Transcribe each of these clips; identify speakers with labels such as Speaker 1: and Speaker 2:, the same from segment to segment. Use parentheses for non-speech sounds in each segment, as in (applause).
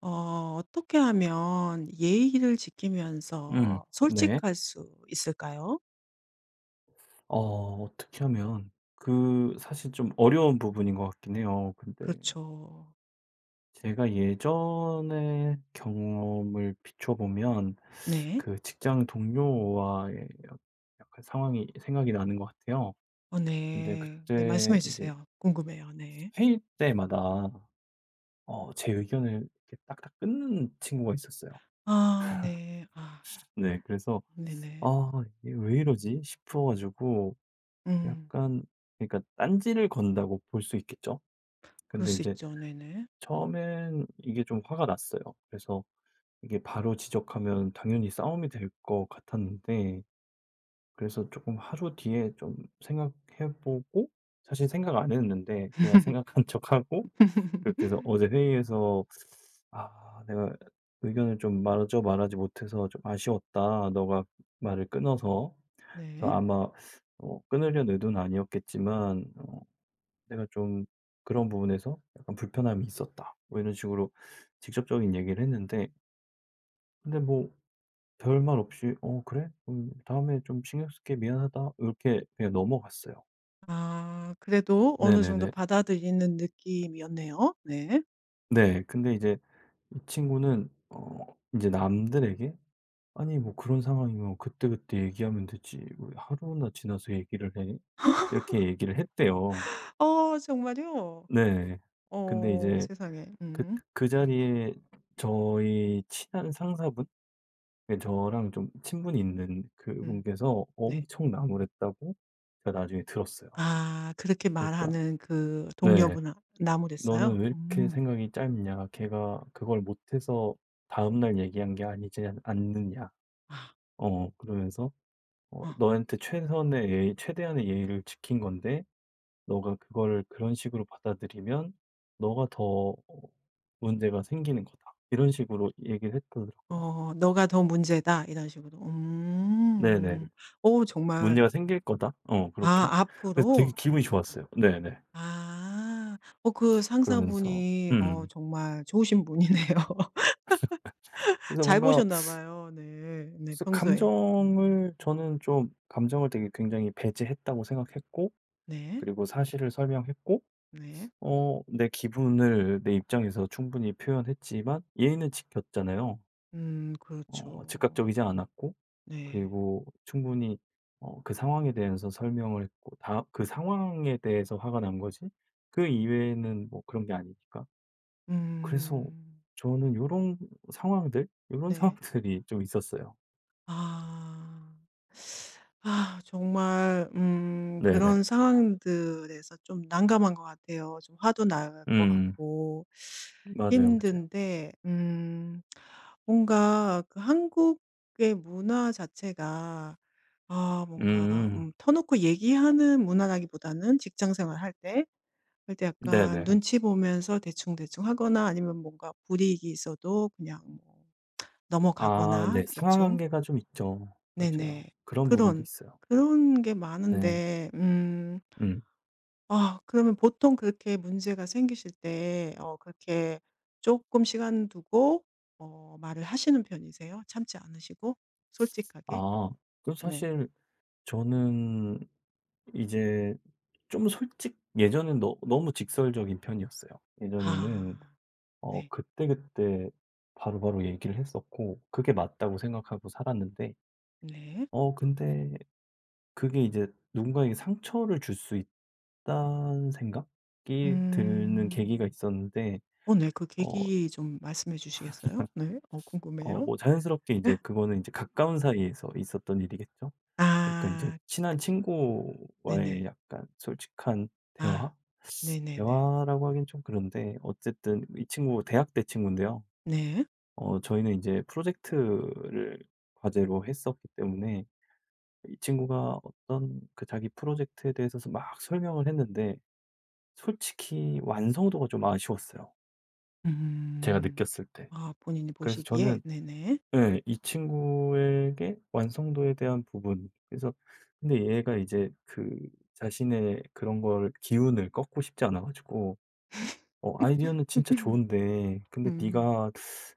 Speaker 1: 어떻게 하면 예의를
Speaker 2: 음.
Speaker 1: 지키면서
Speaker 2: 네.
Speaker 1: 솔직할 수 있을까요?
Speaker 2: 어 어떻게 하면 사실 좀 어려운 부분인 것 같긴 해요. 근데
Speaker 1: 그렇죠.
Speaker 2: 제가 예전의 경험을 비춰 보면
Speaker 1: 네.
Speaker 2: 그 직장 동료와의 약간 상황이 생각이 나는 것 같아요. 근데
Speaker 1: 네. 네,
Speaker 2: 그때
Speaker 1: 말씀해
Speaker 2: 이제
Speaker 1: 주세요. 궁금해요. 네.
Speaker 2: 회의 때마다 제 의견을 이렇게 딱딱 끊는 친구가 있었어요.
Speaker 1: 아, 네. 아,
Speaker 2: 네. 그래서
Speaker 1: 네네.
Speaker 2: '아 이게 왜 이러지?' 싶어 가지고
Speaker 1: 음,
Speaker 2: 약간, 그러니까 딴지를 건다고 볼 수 있겠죠?
Speaker 1: 그럴
Speaker 2: 근데
Speaker 1: 수
Speaker 2: 이제
Speaker 1: 있죠. 네네.
Speaker 2: 처음엔 이게 좀 화가 났어요. 그래서 이게 바로 지적하면 당연히 싸움이 될 것 같았는데, 그래서 조금 하루 뒤에 좀 생각해 보고, 사실 생각 안 했는데 그냥 생각한 (laughs) 척하고 그렇게 해서
Speaker 1: (laughs)
Speaker 2: 어제 회의에서 "아 내가 의견을 좀 말하죠 말하지 못해서 좀 아쉬웠다. 너가 말을 끊어서."
Speaker 1: 네.
Speaker 2: 그래서 아마 끊으려는 의도는 아니었겠지만, 내가 좀 그런 부분에서 약간 불편함이 있었다. 뭐 이런 식으로 직접적인 얘기를 했는데, 근데 뭐 별말 없이 "어 그래? 다음에 좀 신경 쓸게. 미안하다." 이렇게 그냥 넘어갔어요.
Speaker 1: 아, 그래도 어느 정도
Speaker 2: 네네네.
Speaker 1: 받아들이는 느낌이었네요. 네.
Speaker 2: 네. 근데 이제 이 친구는 어제 남들에게 "아니 뭐 그런 상황이면 그때그때 얘기하면 되지. 왜 하루나 지나서 얘기를 해?" 이렇게 얘기를 했대요.
Speaker 1: 어, 정말요?
Speaker 2: 네. 근데
Speaker 1: 어,
Speaker 2: 이제
Speaker 1: 세상에.
Speaker 2: 그 그 자리에 저희 친한 상사분? 예 저랑 좀 친분이 있는
Speaker 1: 음,
Speaker 2: 그분께서
Speaker 1: 네.
Speaker 2: 엄청 나무랬다고 제가 나중에 들었어요.
Speaker 1: 아, 그렇게
Speaker 2: 그러니까
Speaker 1: 말하는 그
Speaker 2: 네.
Speaker 1: 동료분 나무랬어요?
Speaker 2: "너는 왜 이렇게
Speaker 1: 음.
Speaker 2: 생각이 짧냐. 걔가 그걸 못해서 다음날 얘기한 게 아니지 않느냐."
Speaker 1: 아,
Speaker 2: 그러면서
Speaker 1: 어.
Speaker 2: "너한테 최선의 예의 최대한의 예의를 지킨 건데 너가 그걸 그런 식으로 받아들이면 너가 더 어 문제가 생기는 거다." 이런 식으로 얘기를 했더라고요.
Speaker 1: "너가 더 문제다." 이런 식으로.
Speaker 2: 네네.
Speaker 1: 음. 오, 정말
Speaker 2: 문제가 생길 거다. 어
Speaker 1: 아,
Speaker 2: 그렇게. 그래서 되게
Speaker 1: 앞으로?
Speaker 2: 기분이 좋았어요. 네네.
Speaker 1: 아. 그
Speaker 2: 그러면서
Speaker 1: 상사분이
Speaker 2: 음.
Speaker 1: 정말 좋으신 분이네요. (laughs)
Speaker 2: 그래서
Speaker 1: 잘
Speaker 2: 뭔가,
Speaker 1: 보셨나 봐요. 네. 네,
Speaker 2: 그래서
Speaker 1: 평소에. 음.
Speaker 2: 감정을 저는 좀 감정을 되게 굉장히 배제했다고 생각했고,
Speaker 1: 네.
Speaker 2: 그리고 사실을 설명했고,
Speaker 1: 네.
Speaker 2: 내 기분을 내 입장에서 충분히 표현했지만 예의는 지켰잖아요.
Speaker 1: 음,
Speaker 2: 어
Speaker 1: 그렇죠.
Speaker 2: 즉각적이지 않았고,
Speaker 1: 네.
Speaker 2: 그리고 충분히 그 상황에 대해서 설명을 했고, 다 그 상황에 대해서 화가 난 거지 그 이외에는 뭐 그런 게 아니니까. 그래서
Speaker 1: 음.
Speaker 2: 저는 요런
Speaker 1: 네.
Speaker 2: 상황들이 좀 있었어요.
Speaker 1: 아. 아, 정말
Speaker 2: 네네.
Speaker 1: 그런 상황들에서 좀 난감한 것 같아요. 좀 화도 날 것
Speaker 2: 음.
Speaker 1: 같고
Speaker 2: 맞아요, 맞아요.
Speaker 1: 힘든데 뭔가 그 한국의 문화 자체가 아, 뭔가
Speaker 2: 음.
Speaker 1: 터놓고 얘기하는 문화라기보다는 직장 생활할 때그때 약간
Speaker 2: 네네.
Speaker 1: 눈치 보면서 대충대충 하거나 아니면 뭔가 불이익이 있어도 그냥 뭐
Speaker 2: 아
Speaker 1: 넘어가거나
Speaker 2: 네.
Speaker 1: 대충
Speaker 2: 상하관계가 좀 있죠.
Speaker 1: 네네.
Speaker 2: 맞아요. 그런 부분도
Speaker 1: 그런
Speaker 2: 있어요.
Speaker 1: 그런 게
Speaker 2: 네.
Speaker 1: 많은데
Speaker 2: 음.
Speaker 1: 아, 그러면 보통 그렇게 문제가 생기실 때 그렇게 조금 시간 두고 말을 하시는 편이세요? 참지 않으시고 솔직하게?
Speaker 2: 아
Speaker 1: 네.
Speaker 2: 사실 저는 이제 좀 솔직 예전엔 너 너무 직설적인 편이었어요. 예전에는
Speaker 1: 아, 네.
Speaker 2: 그때그때 바로바로 얘기를 했었고 그게 맞다고 생각하고 살았는데,
Speaker 1: 네.
Speaker 2: 근데 그게 이제 누군가에게 상처를 줄 수 있다는 생각이 드는 계기가
Speaker 1: 음.
Speaker 2: 있었는데,
Speaker 1: 네. 그
Speaker 2: 어
Speaker 1: 계기 좀 말씀해 주시겠어요? 네. 궁금해요.
Speaker 2: 뭐 자연스럽게 이제
Speaker 1: (laughs)
Speaker 2: 그거는 이제 가까운 사이에서 있었던 일이겠죠. 그러니까 이제
Speaker 1: 아,
Speaker 2: 친한 친구와의
Speaker 1: 네네.
Speaker 2: 약간 솔직한
Speaker 1: 아.
Speaker 2: 대화?
Speaker 1: 네네네.
Speaker 2: 대화라고 하긴 좀 그런데, 어쨌든 이 친구 대학 때 친구인데요.
Speaker 1: 네.
Speaker 2: 저희는 이제 프로젝트를 과제로 했었기 때문에 이 친구가 어떤 그 자기 프로젝트에 대해서 막 설명을 했는데 솔직히 완성도가 좀 아쉬웠어요, 제가
Speaker 1: 음.
Speaker 2: 느꼈을 때.
Speaker 1: 아, 본인이
Speaker 2: 그래서
Speaker 1: 보시기에
Speaker 2: 저는
Speaker 1: 네네.
Speaker 2: 예 이 친구에게 완성도에 대한 부분, 그래서 근데 얘가 이제 그 자신의 그런 걸 기운을 꺾고 싶지 않아 가지고 "어 아이디어는 진짜 좋은데,
Speaker 1: (laughs)
Speaker 2: 근데
Speaker 1: 음.
Speaker 2: 네가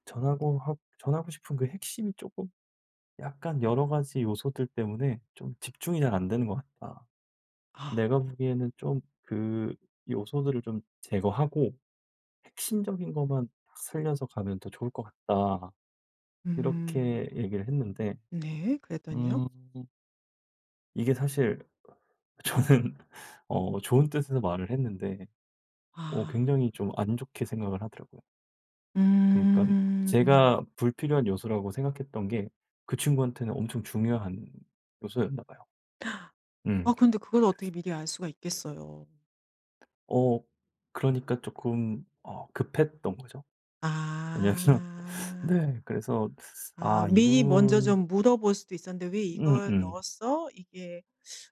Speaker 2: 전하고 싶은 그 핵심이 조금 약간 여러 가지 요소들 때문에 좀 집중이 잘 안 되는 것 같다.
Speaker 1: 아.
Speaker 2: 내가 보기에는 좀 그 요소들을 좀 제거하고 핵심적인 것만 딱 살려서 가면 더 좋을 것 같다." 이렇게
Speaker 1: 음.
Speaker 2: 얘기를 했는데,
Speaker 1: 네. 그랬더니요?
Speaker 2: 음, 이게 사실 저는 (laughs) 좋은 뜻에서 말을 했는데 굉장히
Speaker 1: 아.
Speaker 2: 좀 안 좋게 생각을 하더라고요. 그러니까
Speaker 1: 음.
Speaker 2: 제가 불필요한 요소라고 생각했던 게 그 친구한테는 엄청 중요한 요소였나 봐요. 음.
Speaker 1: 아, 근데 그걸 어떻게 미리 알 수가 있겠어요.
Speaker 2: 어 그러니까 조금 급했던 거죠. 왜냐면 (laughs)
Speaker 1: 아.
Speaker 2: 네 그래서.
Speaker 1: 아,
Speaker 2: 아
Speaker 1: 미리 먼저
Speaker 2: 이분
Speaker 1: 좀 물어볼 수도 있었는데 '왜 이걸
Speaker 2: 음음.
Speaker 1: 넣었어?' 이게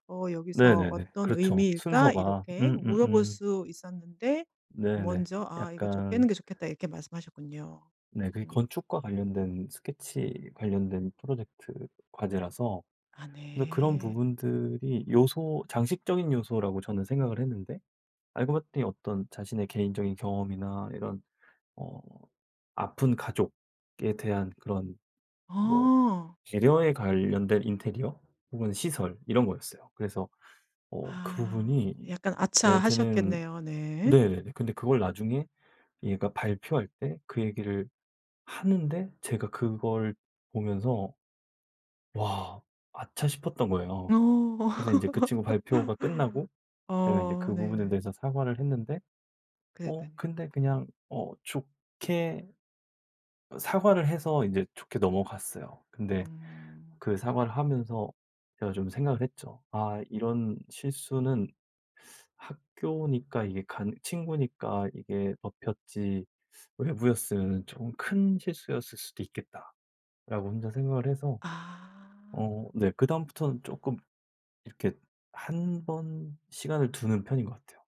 Speaker 1: 여기서
Speaker 2: 네네네.
Speaker 1: "어떤
Speaker 2: 그렇죠.
Speaker 1: 의미일까?"
Speaker 2: 순서가.
Speaker 1: 이렇게 물어볼 수 있었는데
Speaker 2: 네네.
Speaker 1: 먼저 "아, 이거 좀
Speaker 2: 약간,
Speaker 1: 빼는 게 좋겠다." 이렇게 말씀하셨군요.
Speaker 2: 네 그게
Speaker 1: 음.
Speaker 2: 건축과 관련된 스케치 관련된 프로젝트 과제라서
Speaker 1: 아,
Speaker 2: 그래서 그런
Speaker 1: 네.
Speaker 2: 부분들이 요소 장식적인 요소라고 저는 생각을 했는데 알고 봤더니 어떤 자신의 개인적인 경험이나 이런 어 아픈 가족에 대한 그런 뭐
Speaker 1: 어.
Speaker 2: 배려에 관련된 인테리어 혹은 시설 이런 거였어요. 그래서 그
Speaker 1: 아.
Speaker 2: 부분이
Speaker 1: 약간
Speaker 2: 얘한테는,
Speaker 1: 아차하셨겠네요. 네.
Speaker 2: 네네네. 근데 그걸 나중에 얘가 발표할 때 그 얘기를 하는데 제가 그걸 보면서 '와 아차.' 싶었던 거예요.
Speaker 1: 어.
Speaker 2: 그래서 인제 그 친구 발표가 끝나고
Speaker 1: (laughs)
Speaker 2: 제가 인제 그 부분에
Speaker 1: 네네.
Speaker 2: 대해서 사과를 했는데,
Speaker 1: 그랬더니.
Speaker 2: 근데 그냥 좋게 사과를 해서 인제 좋게 넘어갔어요. 근데
Speaker 1: 음.
Speaker 2: 그 사과를 하면서 제가 좀 생각을 했죠. '아 이런 실수는 학교니까 이게 간 친구니까 이게 법혔지 외부였으면 조금 큰 실수였을 수도 있겠다.'라고 혼자 생각을 해서
Speaker 1: 아.
Speaker 2: 네 그다음부터는 조금 이렇게 한 번 시간을 두는 편인 것 같아요.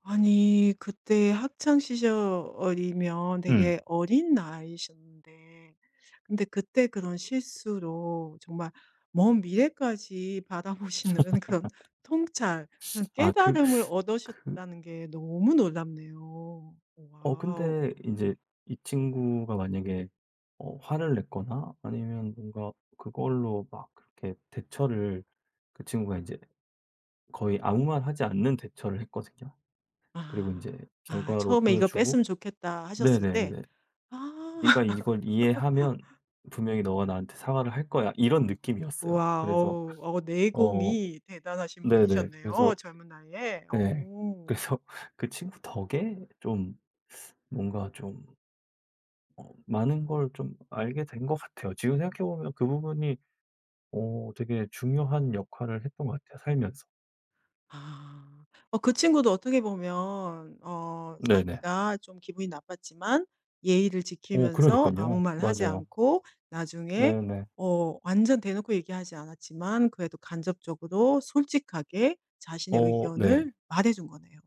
Speaker 1: 아니, 그때 학창 시절이면
Speaker 2: 음.
Speaker 1: 되게 어린 나이셨는데 근데 그때 그런 실수로 정말 먼 미래까지 바라보시는 (laughs) 그런 통찰, 그런
Speaker 2: 아 그
Speaker 1: 깨달음을
Speaker 2: 그
Speaker 1: 얻으셨다는 게 너무 놀랍네요. 와우.
Speaker 2: 근데 이제 이 친구가 만약에 화를 냈거나 아니면 뭔가 그걸로 막 그렇게 대처를 그 친구가 이제 거의 아무 말 하지 않는 대처를 했거든요. 그리고 이제
Speaker 1: 아. 아,
Speaker 2: 결과로
Speaker 1: 처음에 '이거
Speaker 2: 보여주고,
Speaker 1: 뺐으면 좋겠다.' 하셨을 때
Speaker 2: 네네네.
Speaker 1: 아
Speaker 2: "네가
Speaker 1: (laughs)
Speaker 2: 이걸 이해하면 분명히 너가 나한테 사과를 할 거야." 이런 느낌이었어요. 그래서
Speaker 1: 와우.
Speaker 2: 어
Speaker 1: 내공이 대단하신
Speaker 2: 네네. 그래서
Speaker 1: 분이셨네요, 젊은 나이에.
Speaker 2: 네
Speaker 1: 어.
Speaker 2: 그래서 (laughs) 그 친구 덕에 좀 뭔가 좀 많은 걸 좀 알게 된 것 같아요. 지금 생각해 보면 그 부분이 되게 중요한 역할을 했던 것 같아요, 살면서.
Speaker 1: 아. 그 친구도 어떻게 보면
Speaker 2: 네네.
Speaker 1: 자기가 좀 기분이 나빴지만 예의를
Speaker 2: 어
Speaker 1: 지키면서 아무
Speaker 2: 그러니깐요.
Speaker 1: 말 하지
Speaker 2: 맞아요.
Speaker 1: 않고 나중에
Speaker 2: 네네.
Speaker 1: 완전 대놓고 얘기하지 않았지만 그래도 간접적으로 솔직하게 자신의
Speaker 2: 어 네.
Speaker 1: 의견을 말해 준 거네요.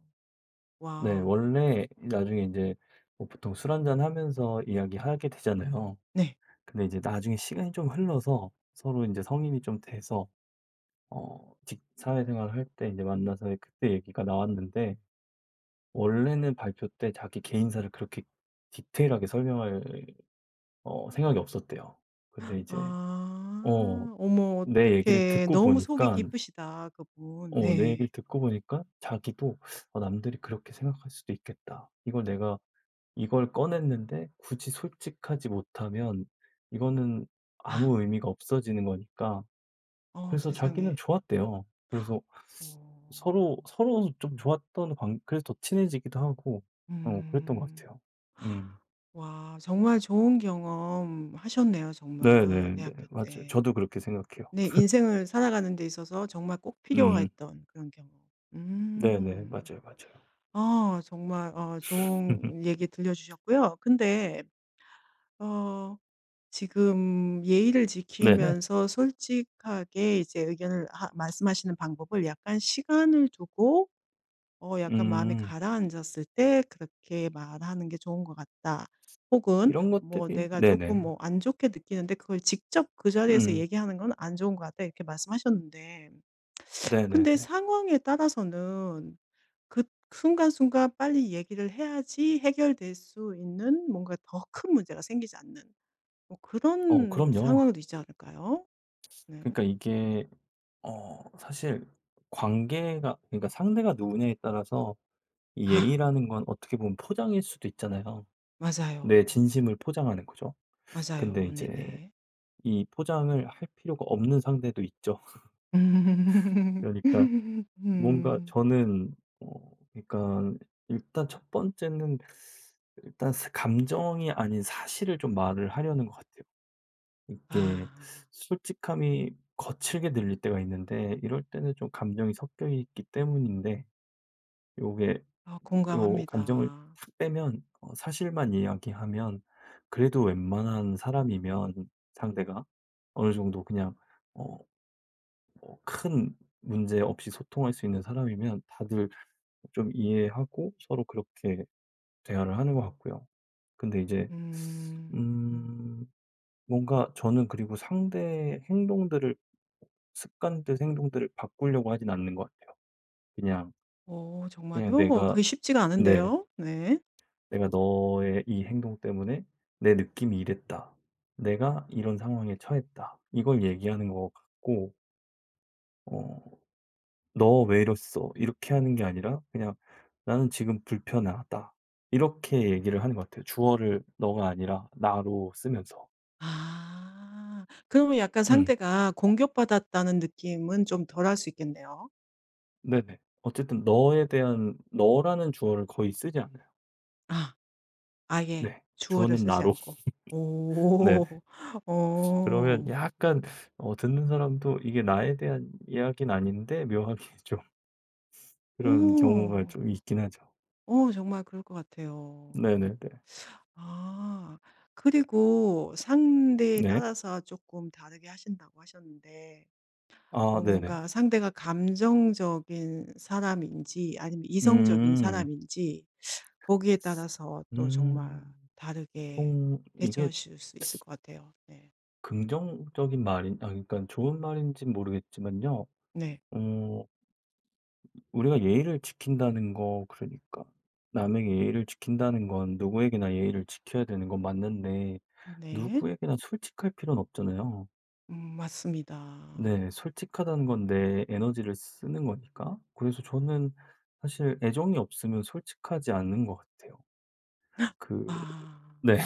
Speaker 2: 네.
Speaker 1: 와우.
Speaker 2: 원래 나중에 이제 뭐 보통 술 한잔 하면서 이야기하게 되잖아요.
Speaker 1: 네.
Speaker 2: 근데 이제 나중에 시간이 좀 흘러서 서로 이제 성인이 좀 돼서 어 직 사회생활 할 때 이제 만나서 그때 얘기가 나왔는데 원래는 발표 때 자기 개인사를 그렇게 디테일하게 설명할 생각이 없었대요. 근데 이제 어
Speaker 1: 아. 어머,
Speaker 2: 내 얘기를
Speaker 1: 어떡해.
Speaker 2: 듣고 보
Speaker 1: 너무
Speaker 2: 니
Speaker 1: 속이
Speaker 2: 까
Speaker 1: 깊으시다 그분.
Speaker 2: 내
Speaker 1: 네.
Speaker 2: 얘기를 듣고 보니까 자기도 '어 남들이 그렇게 생각할 수도 있겠다. 이걸 꺼냈는데 굳이 솔직하지 못하면 이거는
Speaker 1: 아.
Speaker 2: 아무 의미가 없어지는 거니까.'
Speaker 1: 어,
Speaker 2: 그래서 자기는
Speaker 1: 세상에.
Speaker 2: 좋았대요. 그래서
Speaker 1: 어.
Speaker 2: 서로 서로 좀 좋았던 관, 그래서 더 친해지기도 하고 그랬던 것
Speaker 1: 음.
Speaker 2: 같아요. 음.
Speaker 1: 와, 정말 좋은 경험 하셨네요, 정말
Speaker 2: 네네네.
Speaker 1: 대학교
Speaker 2: 맞아요.
Speaker 1: 때.
Speaker 2: 저도 그렇게 생각해요.
Speaker 1: 네, 인생을 살아가는 데 있어서 정말 꼭
Speaker 2: 음.
Speaker 1: 필요했던 그런 경험.
Speaker 2: 네네.
Speaker 1: 음.
Speaker 2: 맞아요, 맞아요.
Speaker 1: 아, 정말 좋은
Speaker 2: (laughs)
Speaker 1: 얘기 들려주셨고요. 근데 어 지금 예의를
Speaker 2: 네네.
Speaker 1: 지키면서 솔직하게 이제 의견을 하 말씀하시는 방법을 약간 시간을 두고 약간 마음이
Speaker 2: 음.
Speaker 1: 가라앉았을 때 그렇게 말하는 게 좋은 것 같다. 혹은
Speaker 2: 이런
Speaker 1: 뭐
Speaker 2: 것들이
Speaker 1: 내가 조금
Speaker 2: 네네.
Speaker 1: 뭐 안 좋게 느끼는데 그걸 직접 그 자리에서
Speaker 2: 음.
Speaker 1: 얘기하는 건 안 좋은 것 같다 이렇게 말씀하셨는데 근데
Speaker 2: 네네네.
Speaker 1: 상황에 따라서는 그 순간순간 빨리 얘기를 해야지 해결될 수 있는 뭔가 더 큰 문제가 생기지 않는 뭐
Speaker 2: 어
Speaker 1: 그런
Speaker 2: 그럼요.
Speaker 1: 상황도 있지 않을까요? 네.
Speaker 2: 그러니까 이게 사실 관계가, 그러니까 상대가 누구냐에 따라서 이
Speaker 1: 아,
Speaker 2: 예의라는 건 어떻게 보면 포장일 수도 있잖아요. 내
Speaker 1: 맞아요.
Speaker 2: 진심을 포장하는 거죠. 근데
Speaker 1: 맞아요.
Speaker 2: 이제
Speaker 1: 네네.
Speaker 2: 이 포장을 할 필요가 없는 상대도 있죠. (laughs)
Speaker 1: (laughs)
Speaker 2: 그러니까 뭔가
Speaker 1: 음.
Speaker 2: 저는 그러니까 일단 첫 번째는 일단 감정이 아닌 사실을 좀 말을 하려는 것 같아요. 이게
Speaker 1: 아.
Speaker 2: 솔직함이 거칠게 들릴 때가 있는데 이럴 때는 좀 감정이 섞여 있기 때문인데, 요게
Speaker 1: 아,
Speaker 2: 요 감정을
Speaker 1: 공감합니다.
Speaker 2: 탁 빼면 사실만 이야기하면 그래도 웬만한 사람이면 상대가 어느 정도 그냥 어 뭐큰 문제 없이 소통할 수 있는 사람이면 다들 좀 이해하고 서로 그렇게 대화를 하는 것 같고요. 근데 이제
Speaker 1: 음. 음.
Speaker 2: 음, 뭔가 저는 그리고 상대의 행동들을 습관들 행동들을 바꾸려고 하진 않는 것 같아요. 그냥.
Speaker 1: 오,
Speaker 2: 그냥
Speaker 1: 정말요?
Speaker 2: 내가
Speaker 1: 그게 쉽지가
Speaker 2: 네.
Speaker 1: 않은데요. 네.
Speaker 2: 내가 너의 이 행동 때문에 내 느낌이 이랬다. 내가 이런 상황에 처했다. 이걸 얘기하는 것 같고 어 "너 왜 이랬어?" 이렇게 하는 게 아니라 그냥 "나는 지금 불편하다." 이렇게 얘기를 하는 것 같아요. 주어를 너가 아니라 나로 쓰면서.
Speaker 1: 아. 그러면 약간
Speaker 2: 음.
Speaker 1: 상대가 공격받았다는 느낌은 좀 덜할 수 있겠네요.
Speaker 2: 네네. 어쨌든 너에 대한, 너라는 주어를 거의 쓰지 않아요.
Speaker 1: 아. 아예
Speaker 2: 네.
Speaker 1: 주어를
Speaker 2: 주어는
Speaker 1: 쓰지
Speaker 2: 나로.
Speaker 1: 않고.
Speaker 2: (laughs) 네.
Speaker 1: 오. (laughs)
Speaker 2: 그러면
Speaker 1: 오
Speaker 2: 약간 듣는 사람도 이게 나에 대한 이야기는 아닌데 묘하게 (laughs) 좀 그런 경우가
Speaker 1: 오
Speaker 2: 좀 있긴 하죠.
Speaker 1: 오, 정말 그럴 것 같아요.
Speaker 2: 네네네.
Speaker 1: 아. 그리고 상대에
Speaker 2: 네.
Speaker 1: 따라서 조금 다르게 하신다고 하셨는데
Speaker 2: 아 네네.
Speaker 1: 뭔가 상대가 감정적인 사람인지 아니면 이성적인
Speaker 2: 음.
Speaker 1: 사람인지 거기에 따라서 또 정말
Speaker 2: 음.
Speaker 1: 다르게
Speaker 2: 통 이게
Speaker 1: 대처하실 수 있을 것 같아요. 네.
Speaker 2: 긍정적인 말인, 아 그러니까 좋은 말인는 모르겠지만요.
Speaker 1: 네.
Speaker 2: 어 우리가 예의를 지킨다는 거, 그러니까 남에게 예의를 지킨다는 건 누구에게나 예의를 지켜야 되는 건 맞는데
Speaker 1: 네.
Speaker 2: 누구에게나 솔직할 필요는 없잖아요.
Speaker 1: 음, 맞습니다.
Speaker 2: 네. 솔직하다는 건 내 에너지를 쓰는 거니까. 그래서 저는 사실 애정이 없으면 솔직하지 않는 것 같아요. 그
Speaker 1: 아.
Speaker 2: 네.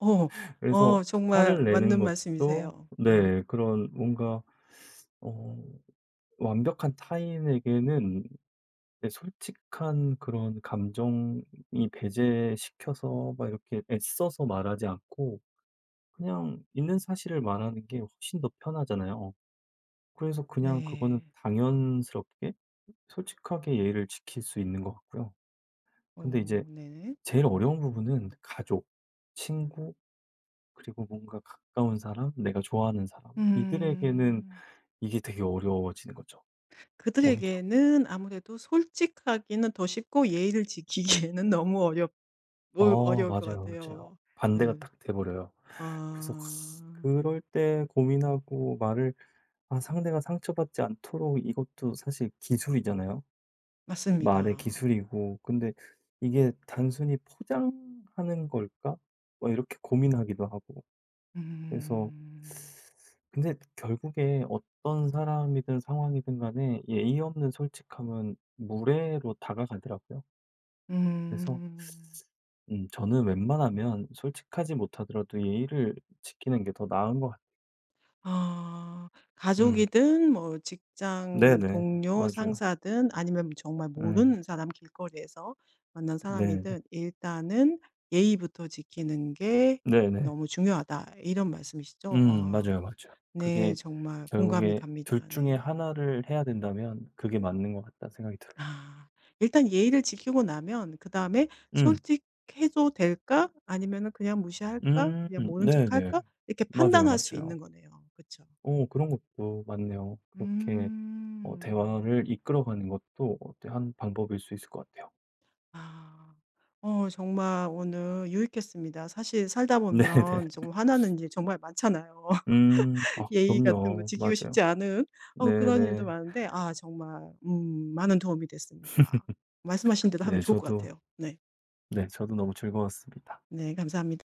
Speaker 1: 어.
Speaker 2: (laughs) 그래서
Speaker 1: 정말
Speaker 2: 화를 내는
Speaker 1: 맞는
Speaker 2: 것도
Speaker 1: 말씀이세요. 음.
Speaker 2: 네 그런 뭔가 어 완벽한 타인에게는 내 솔직한 그런 감정이 배제시켜서 막 이렇게 애써서 말하지 않고 그냥 있는 사실을 말하는 게 훨씬 더 편하잖아요. 어, 그래서 그냥 그거는
Speaker 1: 네.
Speaker 2: 당연스럽게 솔직하게 예의를 지킬 수 있는 것 같고요. 근데 이제
Speaker 1: 오, 네네.
Speaker 2: 제일 어려운 부분은 가족, 친구, 그리고 뭔가 가까운 사람, 내가 좋아하는 사람, 이들에게는
Speaker 1: 음.
Speaker 2: 이게 되게 어려워지는 거죠, 오히려.
Speaker 1: 그들에게는 아무래도 솔직하기는 더 쉽고 예의를 지키기에는 (laughs) 너무 어렵 어
Speaker 2: 어,
Speaker 1: 어려울 것
Speaker 2: 맞아요, 맞아요.
Speaker 1: 같아요.
Speaker 2: 반대가
Speaker 1: 네네.
Speaker 2: 딱 돼 버려요. 그래서
Speaker 1: 아,
Speaker 2: 그럴 때 고민하고 말을, 아 상대가 상처받지 않도록. 이것도 사실 기술이잖아요. 말의
Speaker 1: 맞습니다.
Speaker 2: 기술이고. 근데 '이게 단순히 포장하는 걸까?' 뭐 이렇게 고민하기도 하고. 그래서
Speaker 1: 음.
Speaker 2: 근데 결국에 어떤 사람이든 상황이든 간에 예의 없는 솔직함은 무례로 다가가더라고요. 그래서
Speaker 1: 음.
Speaker 2: 저는 웬만하면 솔직하지 못하더라도 예의를 지키는 게 더 나은 것 같아요.
Speaker 1: 아,
Speaker 2: 음.
Speaker 1: 가족이든 뭐 직장
Speaker 2: 네네.
Speaker 1: 동료,
Speaker 2: 맞아요.
Speaker 1: 상사든 아니면 정말
Speaker 2: 예.
Speaker 1: 모르는 사람 길거리에서 만난
Speaker 2: 네네.
Speaker 1: 사람이든 일단은 '예의부터 지키는 게
Speaker 2: 네네.
Speaker 1: 너무 중요하다.' 이런 말씀이시죠?
Speaker 2: 음. 맞아요,
Speaker 1: 아,
Speaker 2: 맞아요.
Speaker 1: 네,
Speaker 2: 그게
Speaker 1: 정말 공감이
Speaker 2: 결국에 둘
Speaker 1: 갑니다.
Speaker 2: 중에
Speaker 1: 네.
Speaker 2: 하나를 해야 된다면 그게 맞는 것 같다는 생각이 들어요.
Speaker 1: 아. 일단 예의를 지키고 나면 그다음에
Speaker 2: 음.
Speaker 1: '솔직해도 될까? 아니면은 그냥 무시할까?
Speaker 2: 음.
Speaker 1: 그냥 모른
Speaker 2: 네네.
Speaker 1: 척할까?' 이렇게
Speaker 2: 맞아요,
Speaker 1: 판단할 수
Speaker 2: 맞아요.
Speaker 1: 있는 거네요. 그죠
Speaker 2: 어 그런 것도 맞네요. 그렇게
Speaker 1: 음.
Speaker 2: 대화를 이끌어가는 것도 어때 한 방법일 수 있을 것 같아요.
Speaker 1: 아. 어, 정말 오늘 유익했습니다. 사실 살다
Speaker 2: (laughs) 네네.
Speaker 1: 보면 정말 화나는 일 정말 많잖아요.
Speaker 2: 음.
Speaker 1: (laughs)
Speaker 2: 아
Speaker 1: 예의 같은 거
Speaker 2: 그럼요.
Speaker 1: 지키고 싶지
Speaker 2: 맞아요.
Speaker 1: 않은 그런 일도
Speaker 2: 네네.
Speaker 1: 많은데 아, 정말 많은 도움이 됐습니다. 말씀하신 대로 하면
Speaker 2: 네
Speaker 1: 좋을 것
Speaker 2: 저도
Speaker 1: 같아요. 네.
Speaker 2: 네 저도 너무 즐거웠습니다.
Speaker 1: 네, 감사합니다.